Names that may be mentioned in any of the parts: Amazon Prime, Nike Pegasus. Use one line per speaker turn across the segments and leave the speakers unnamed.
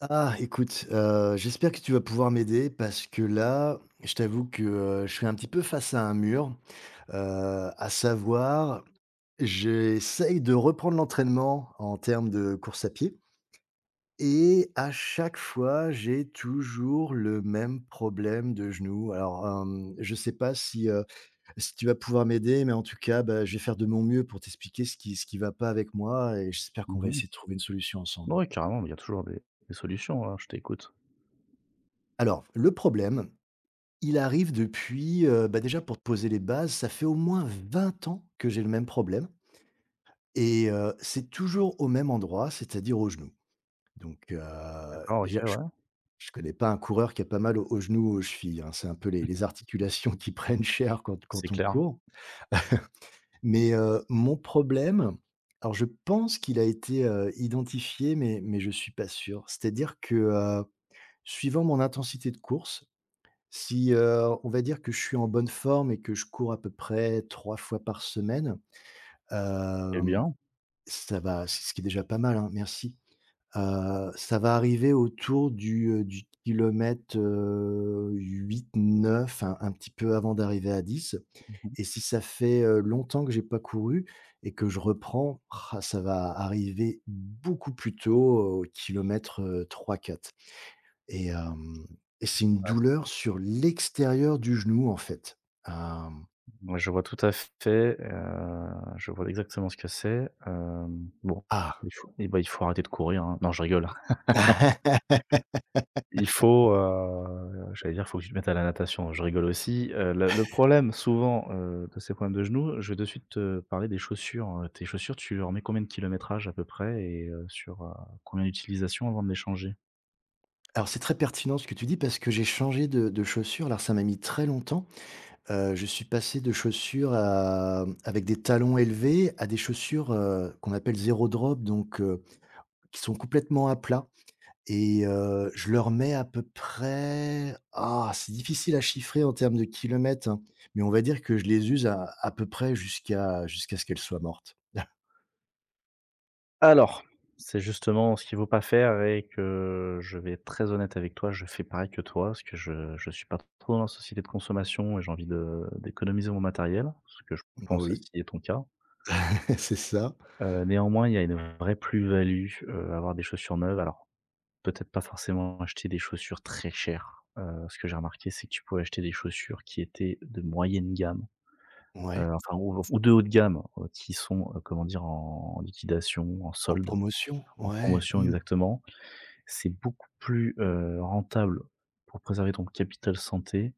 Ah, écoute, j'espère que tu vas pouvoir m'aider parce que là, je t'avoue que, je suis un petit peu face à un mur, heu, à savoir, j'essaye de reprendre l'entraînement en termes de course à pied et à chaque fois, j'ai toujours le même problème de genou. Alors, je sais pas si, si tu vas pouvoir m'aider, mais en tout cas, bah, je vais faire de mon mieux pour t'expliquer ce qui va pas avec moi et j'espère qu'on va
Mmh mh.
essayer de trouver une solution ensemble.
Ouais, carrément, mais il y a toujours des solutions, hein, je t'écoute.
Alors, le problème, il arrive depuis, bah, déjà pour te poser les bases, ça fait au moins 20 ans que j'ai le même problème et c'est toujours au même endroit, c'est-à-dire au genou. Donc
D'accord, OK,
déjà
ouais.
je ne connais pas un coureur qui a pas mal aux genoux ou aux chevilles, hein. C'est un peu les articulations qui prennent cher quand
C'est
quand on
clair
court. Mais mon problème, alors je pense qu'il a été, identifié mais je ne suis pas sûr. C'est-à-dire que, suivant mon intensité de course, si, on va dire que je suis en bonne forme et que je cours à peu près 3 fois par semaine,
et
hem,
bien.
ça va. C'est ce qui est déjà pas mal, hein, merci. Ça va arriver autour du kilomètre, 8-9, un petit peu avant d'arriver à 10. Et si ça fait, longtemps que j'ai pas couru et que je reprends, rah, ça va arriver beaucoup plus tôt, au kilomètre, 3-4. Et hem et c'est une
Ouais,
douleur sur l'extérieur du genou, en fait. Hem,
ouais, je vois tout à fait, heu, je vois exactement ce que c'est. Bon,
ah!
il faut il faut arrêter de courir, hein. Non, je rigole. Il faut, j'allais dire: «Faut que tu te mettes à la natation». Je rigole aussi. Le problème souvent, de ces problèmes de genoux, je vais de suite te parler des chaussures. Tes chaussures, tu leur mets combien de kilométrage à peu près et sur, combien d'utilisation avant de les changer?
Alors c'est très pertinent ce que tu dis parce que j'ai changé de chaussures. Alors ça m'a mis très longtemps. Je suis passé de chaussures à avec des talons élevés à des chaussures, qu'on appelle zéro drop donc qui sont complètement à plat. Et je leur mets à peu près, ah, c'est difficile à chiffrer en termes de kilomètres, hein, mais on va dire que je les use à peu près jusqu'à ce qu'elles soient mortes.
Alors, c'est justement ce qu'il ne faut pas faire et que je vais être très honnête avec toi, je fais pareil que toi, parce que je ne suis pas trop dans la société de consommation et j'ai envie de d'économiser mon matériel, ce que je pense
Oui,
aussi est ton cas.
c'est ça.
Néanmoins, il y a une vraie plus-value, à avoir des chaussures neuves. Alors, peut-être pas forcément acheter des chaussures très chères. Ce que j'ai remarqué, c'est que tu pouvais acheter des chaussures qui étaient de moyenne gamme,
Ouais,
enfin ou de haut de gamme, qui sont, comment dire? En liquidation, en
en
solde,
promotion,
en
ouais,
promotion
mmh.
exactement. C'est beaucoup plus, rentable pour préserver ton capital santé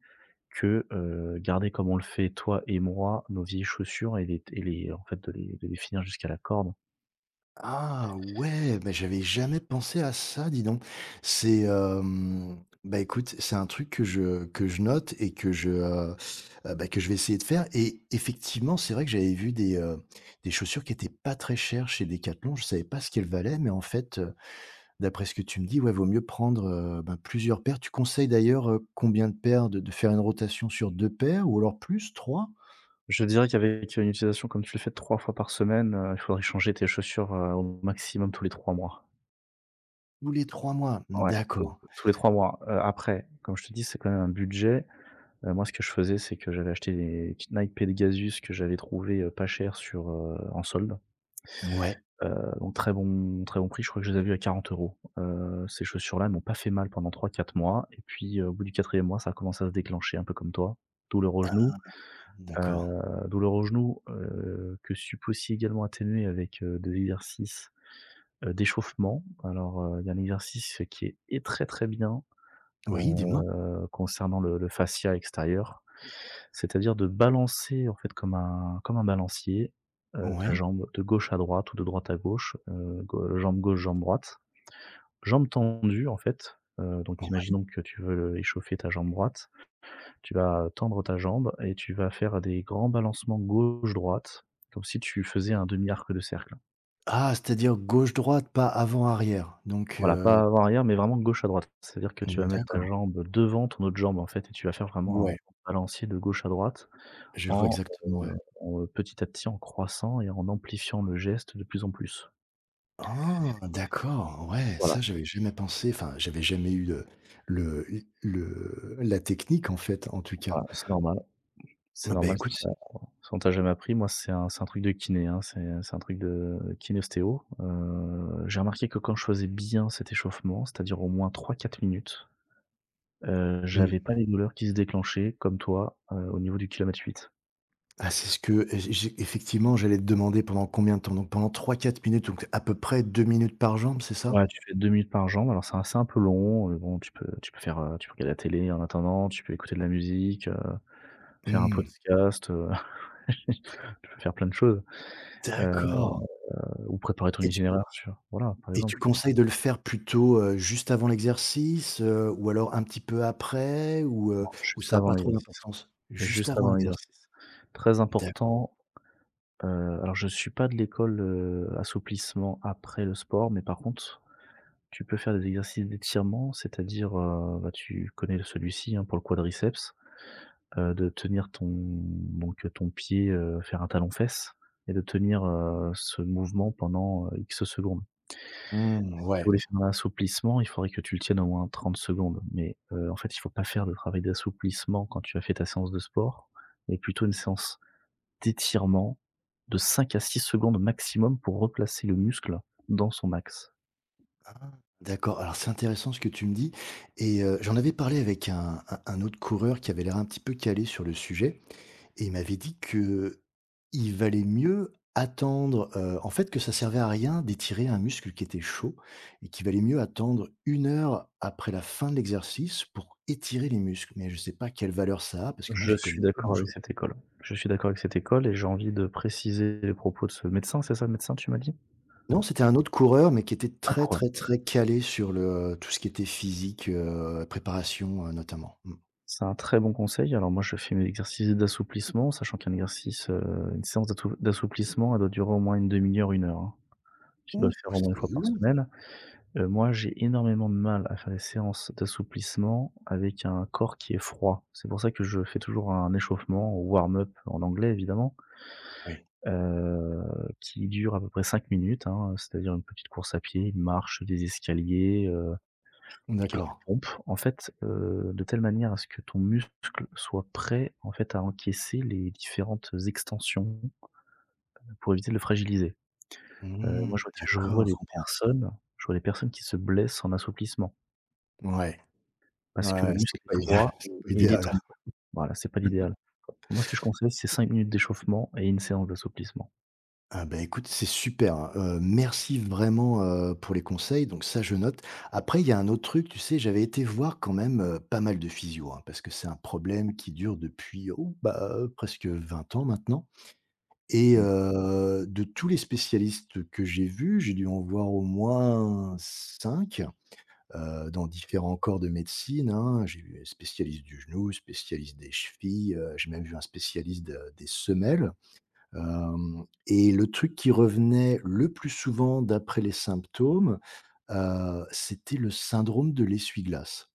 que, garder comme on le fait toi et moi, nos vieilles chaussures et les en fait, de les finir jusqu'à la corde.
Ah ouais, mais j'avais jamais pensé à ça, dis donc. C'est, bah, écoute, c'est un truc que je note et que je, bah, que je vais essayer de faire et effectivement, c'est vrai que j'avais vu des chaussures qui étaient pas très chères chez Decathlon. Je savais pas ce qu'elles valaient, mais en fait, d'après ce que tu me dis, ouais, vaut mieux prendre, ben, plusieurs paires. Tu conseilles d'ailleurs, combien de paires? De faire une rotation sur deux paires ou alors plus, trois.
Je dirais qu'avec une utilisation comme tu le fais 3 fois par semaine, il faudrait changer tes chaussures, au maximum tous les 3 mois.
Tous les 3 mois?
Ouais, tous
D'accord.
tous les 3 mois. Après, comme je te dis, c'est quand même un budget. Moi, ce que je faisais, c'est que j'avais acheté des petites Nike Pegasus que j'avais trouvées, pas chères sur, en solde.
Ouais,
Heu, donc très bon prix, je crois que je les ai vus à 40 euros. Ces chaussures-là elles m'ont pas fait mal pendant 3 4 mois et puis, au bout du 4e mois, ça a commencé à se déclencher un peu comme toi. Douleur au genou, heu,
d'accord.
douleur au genou, que sup aussi également atténuer avec, de l'exercice, d'échauffement. Alors, il y a un exercice qui est très, très bien,
Oui, dis-moi.
concernant le fascia extérieur. C'est-à-dire de balancer, en fait, comme un balancier, ta
Ouais,
jambe de gauche à droite ou de droite à gauche, gau jambe gauche, jambe droite. Jambe tendue, en fait, donc
ouais.
imaginons que tu veux échauffer ta jambe droite. Tu vas tendre ta jambe et tu vas faire des grands balancements gauche-droite, comme si tu faisais un demi-arc de cercle.
Ah, c'est-à-dire gauche-droite, pas avant-arrière. Donc,
Voilà, pas avant-arrière, mais vraiment gauche à droite. C'est-à-dire que tu
mmh,
vas mettre ta
d'accord.
jambe devant ton autre jambe, en fait, et tu vas faire vraiment un
Ouais,
mouvement de balancier de gauche à droite.
je vois
En,
exactement, ouais.
heu, Petit à petit, en croissant et en amplifiant le geste de plus en plus.
Ah! D'accord, ouais,
Voilà,
ça j'avais jamais pensé, enfin, j'avais jamais eu le le le la technique en fait, en tout cas.
voilà, c'est
Ah bah,
normal si
écoute,
tu as si on t'a jamais appris. Moi, c'est un truc de kiné, hein, c'est un truc de kiné-ostéo. J'ai remarqué que quand je faisais bien cet échauffement, c'est-à-dire au moins 3 4 minutes,
mmh,
j'avais pas les douleurs qui se déclenchaient comme toi, au niveau du kilomètre huit.
ah, c'est ce que j'ai effectivement, j'allais te demander pendant combien de temps? Donc pendant 3-4 minutes, donc à peu près 2 minutes par jambe, c'est ça?
Ouais, tu fais 2 minutes par jambe, alors c'est un peu long, bon, tu peux faire, tu peux regarder la télé en attendant, tu peux écouter de la musique, faire un
Mmh,
podcast, Tu peux faire plein de choses, heu,
d'accord.
ou préparer ton
et tu
itinéraire sur voilà, par
Et tu
exemple,
conseilles de le faire plutôt, juste avant l'exercice, ou alors un petit peu après ou
juste
ça a
avant
pas trop
l'exercice.
d'importance? Juste
Juste
avant
avant
l'exercice?
l'exercice. Très
D'accord.
important, alors je suis pas de l'école, assouplissement après le sport, mais par contre, tu peux faire des exercices d'étirement, c'est-à-dire, tu connais celui-ci, hein, pour le quadriceps, de tenir ton donc ton pied, faire un talon-fesse et de tenir, ce mouvement pendant, X secondes.
Mmh,
Si tu
ouais.
voulais faire un assouplissement, il faudrait que tu le tiennes au moins 30 secondes, mais en fait, il faut pas faire de travail d'assouplissement quand tu as fait ta séance de sport, mais plutôt une séance d'étirement de 5 à 6 secondes maximum pour replacer le muscle dans son max.
Ah, d'accord. Alors c'est intéressant ce que tu me dis et j'en avais parlé avec un autre coureur qui avait l'air un petit peu calé sur le sujet. Et il m'avait dit que il valait mieux attendre, en fait, que ça servait à rien d'étirer un muscle qui était chaud et qu'il valait mieux attendre 1 heure après la fin de l'exercice pour étirer les muscles. Mais je ne sais pas quelle valeur ça a parce que moi,
Je
j'y
suis
connais pas
d'accord avec
grand-chose.
cette école. Je suis d'accord avec cette école et j'ai envie de préciser les propos de ce médecin, c'est ça le médecin, tu m'as dit?
Non, c'était un autre coureur, mais qui était très,
Incroyable,
très, très calé sur le tout ce qui était physique, préparation, notamment. Mmh.
c'est un très bon conseil. Alors moi, je fais mes exercices d'assouplissement, sachant qu'un exercice, une séance d'assouplissement, elle doit durer au moins une demi heure, une heure, hein. Tu dois
Ouh,
le faire au moins une
c'est
fois par
long!
semaine. Moi, j'ai énormément de mal à faire des séances d'assouplissement avec un corps qui est froid. C'est pour ça que je fais toujours un échauffement ou warm-up en anglais évidemment,
Oui.
heu, qui dure à peu près 5 minutes, hein, c'est-à-dire une petite course à pied, une marche, des escaliers, quelques
D'accord.
pompes. En fait, de telle manière à ce que ton muscle soit prêt, en fait, à encaisser les différentes extensions pour éviter de le fragiliser.
Mmh,
Moi
d'accord, je comprends.
je vois des personnes qui se blessent en assouplissement,
Ouais,
parce que
ouais,
le
c'est
muscle est
pas idéal,
froid
c'était pas
et il est
idéal.
tendu. Voilà, c'est pas l'idéal. Moi ce que je conseille, c'est 5 minutes d'échauffement et une séance d'assouplissement.
Ah bah, écoute, c'est super, hein. Merci vraiment, pour les conseils, donc ça, je note. Après, il y a un autre truc, tu sais, j'avais été voir quand même, pas mal de physio, hein, parce que c'est un problème qui dure depuis, oh, bah, presque 20 ans maintenant et
Oui,
de tous les spécialistes que j'ai vus, j'ai dû en voir au moins cinq, dans différents corps de médecine, hein. J'ai vu un spécialiste du genou, spécialiste des chevilles, j'ai même vu un spécialiste de des semelles. Hem et le truc qui revenait le plus souvent d'après les symptômes, c'était le syndrome de l'essuie-glace.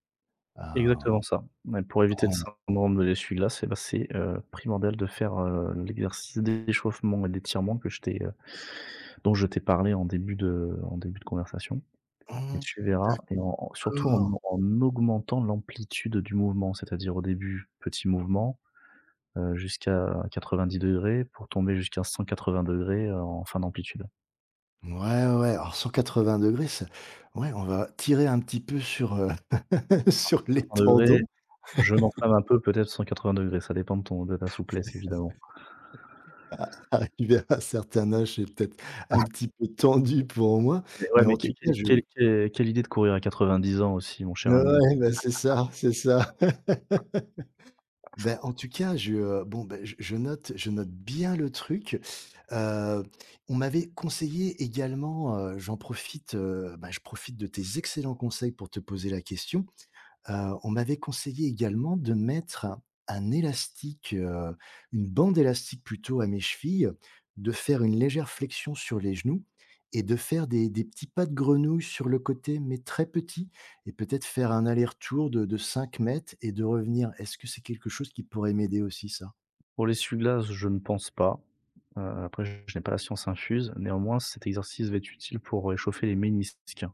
Heu,
exactement ça. Ouais, pour éviter le
on
syndrome de l'essuie-glace et bah, c'est, primordial de faire, l'exercice d'échauffement et d'étirement que je t'ai, dont je t'ai parlé en début de conversation. Et
mmh,
tu verras et en en surtout en
d'accord.
en augmentant l'amplitude du mouvement, c'est-à-dire au début, petit mouvement, jusqu'à 90 degrés pour tomber jusqu'à 180 degrés ° en fin d'amplitude.
Ouais, ouais, ouais. Alors 180°, ça ouais, on va tirer un petit peu sur,
Alors
sur les
180 degrés,
tendons.
je m'enflamme un peu, peut-être 180 degrés, ça dépend de ton de ta souplesse évidemment.
Arrivé à un certain âge, c'est peut-être un petit peu tendu pour moi,
Mais ouais,
mais en
mais quelle
tout cas,
quelle
je
quelle quelle quelle idée de courir à 90 ans aussi mon cher ami.
ouais, bah, c'est ça, c'est ça. Ben en tout cas, je, bon, ben je note bien le truc. Heu, on m'avait conseillé également, j'en profite, bah, je profite de tes excellents conseils pour te poser la question. On m'avait conseillé également de mettre un élastique, une bande élastique plutôt à mes chevilles, de faire une légère flexion sur les genoux et de faire des petits pas de grenouille sur le côté, mais très petits et peut-être faire un aller-retour de 5 m et de revenir. Est-ce que c'est quelque chose qui pourrait m'aider aussi ça?
Pour l'essuie-glace, je ne pense pas, après je n'ai pas la science infuse, néanmoins cet exercice va être utile pour réchauffer les ménisques.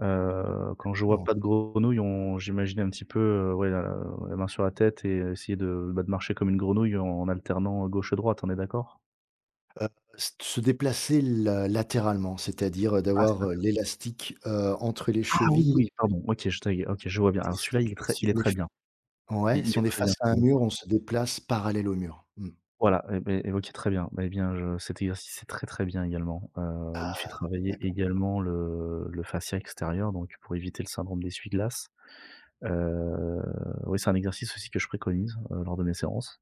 Quand je vois
D'accord.
pas de grenouille, on j'imagine un petit peu, ouais, la main sur la tête et essayer de, bah, de marcher comme une grenouille en alternant gauche-droite, on est d'accord?
S se déplacer la latéralement, c'est-à-dire,
Ah, c'est
d'avoir,
l'alter
l'élastique, entre les
Ah oui,
chevilles
oui, pardon, OK, je taguais, OK, je vois bien.
et
Alors
si
celui-là,
si
il est
on est
très bien.
ouais,
Il
si
il est
on est
très bien
face à
cet
un mur,
exercice.
on se déplace parallèle au mur. Mmh.
Voilà, et et OK, très bien. Bah, Eh bien, je cet exercice est très, très bien également. Il fait travailler
D'accord.
également le fascia extérieur, donc pour éviter le syndrome d'essuie-glace. Heu, oui, c'est un exercice aussi que je préconise, lors de mes séances.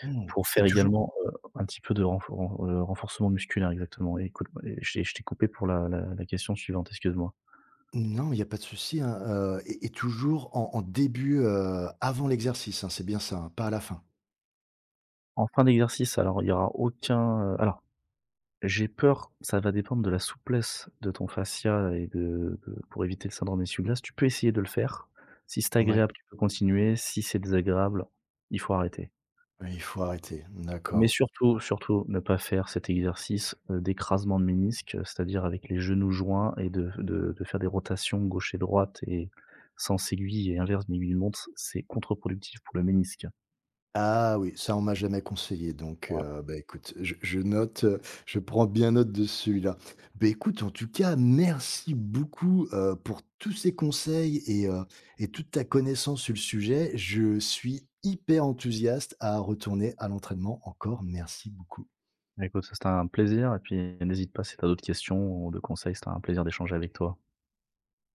Mmh.
Pour
et
faire
toujours
également, un petit peu de renforcement musculaire exactement et écoute et je t'ai coupé pour la question suivante, excuse-moi.
Non, il y a pas de souci, hein, et toujours en début, avant l'exercice, hein, c'est bien ça, hein, pas à la fin?
En fin d'exercice, alors il y aura aucun, alors j'ai peur, ça va dépendre de la souplesse de ton fascia et de pour éviter le syndrome essuie-glace, tu peux essayer de le faire. Si c'est
Ouais,
agréable, tu peux continuer, si c'est désagréable, il faut arrêter.
ouais, il faut arrêter.
Mais
D'accord.
surtout, surtout ne pas faire cet exercice, d'écrasement de ménisque, c'est-à-dire avec les genoux joints et de faire des rotations gauche et droite et sans aiguille et inverse d'une aiguille d'une montre, c'est contre-productif pour le ménisque.
Ah oui, ça on m'a jamais conseillé donc
Voilà.
bah, écoute, je note, je prends bien note de celui-là. Beh, écoute, en tout cas, merci beaucoup, pour tous ces conseils et toute ta connaissance sur le sujet. Je suis hyper enthousiaste à retourner à l'entraînement. Encore merci beaucoup.
Écoute, c'était un plaisir et puis n'hésite pas si tu as d'autres questions ou de conseils, c'était un plaisir d'échanger avec toi.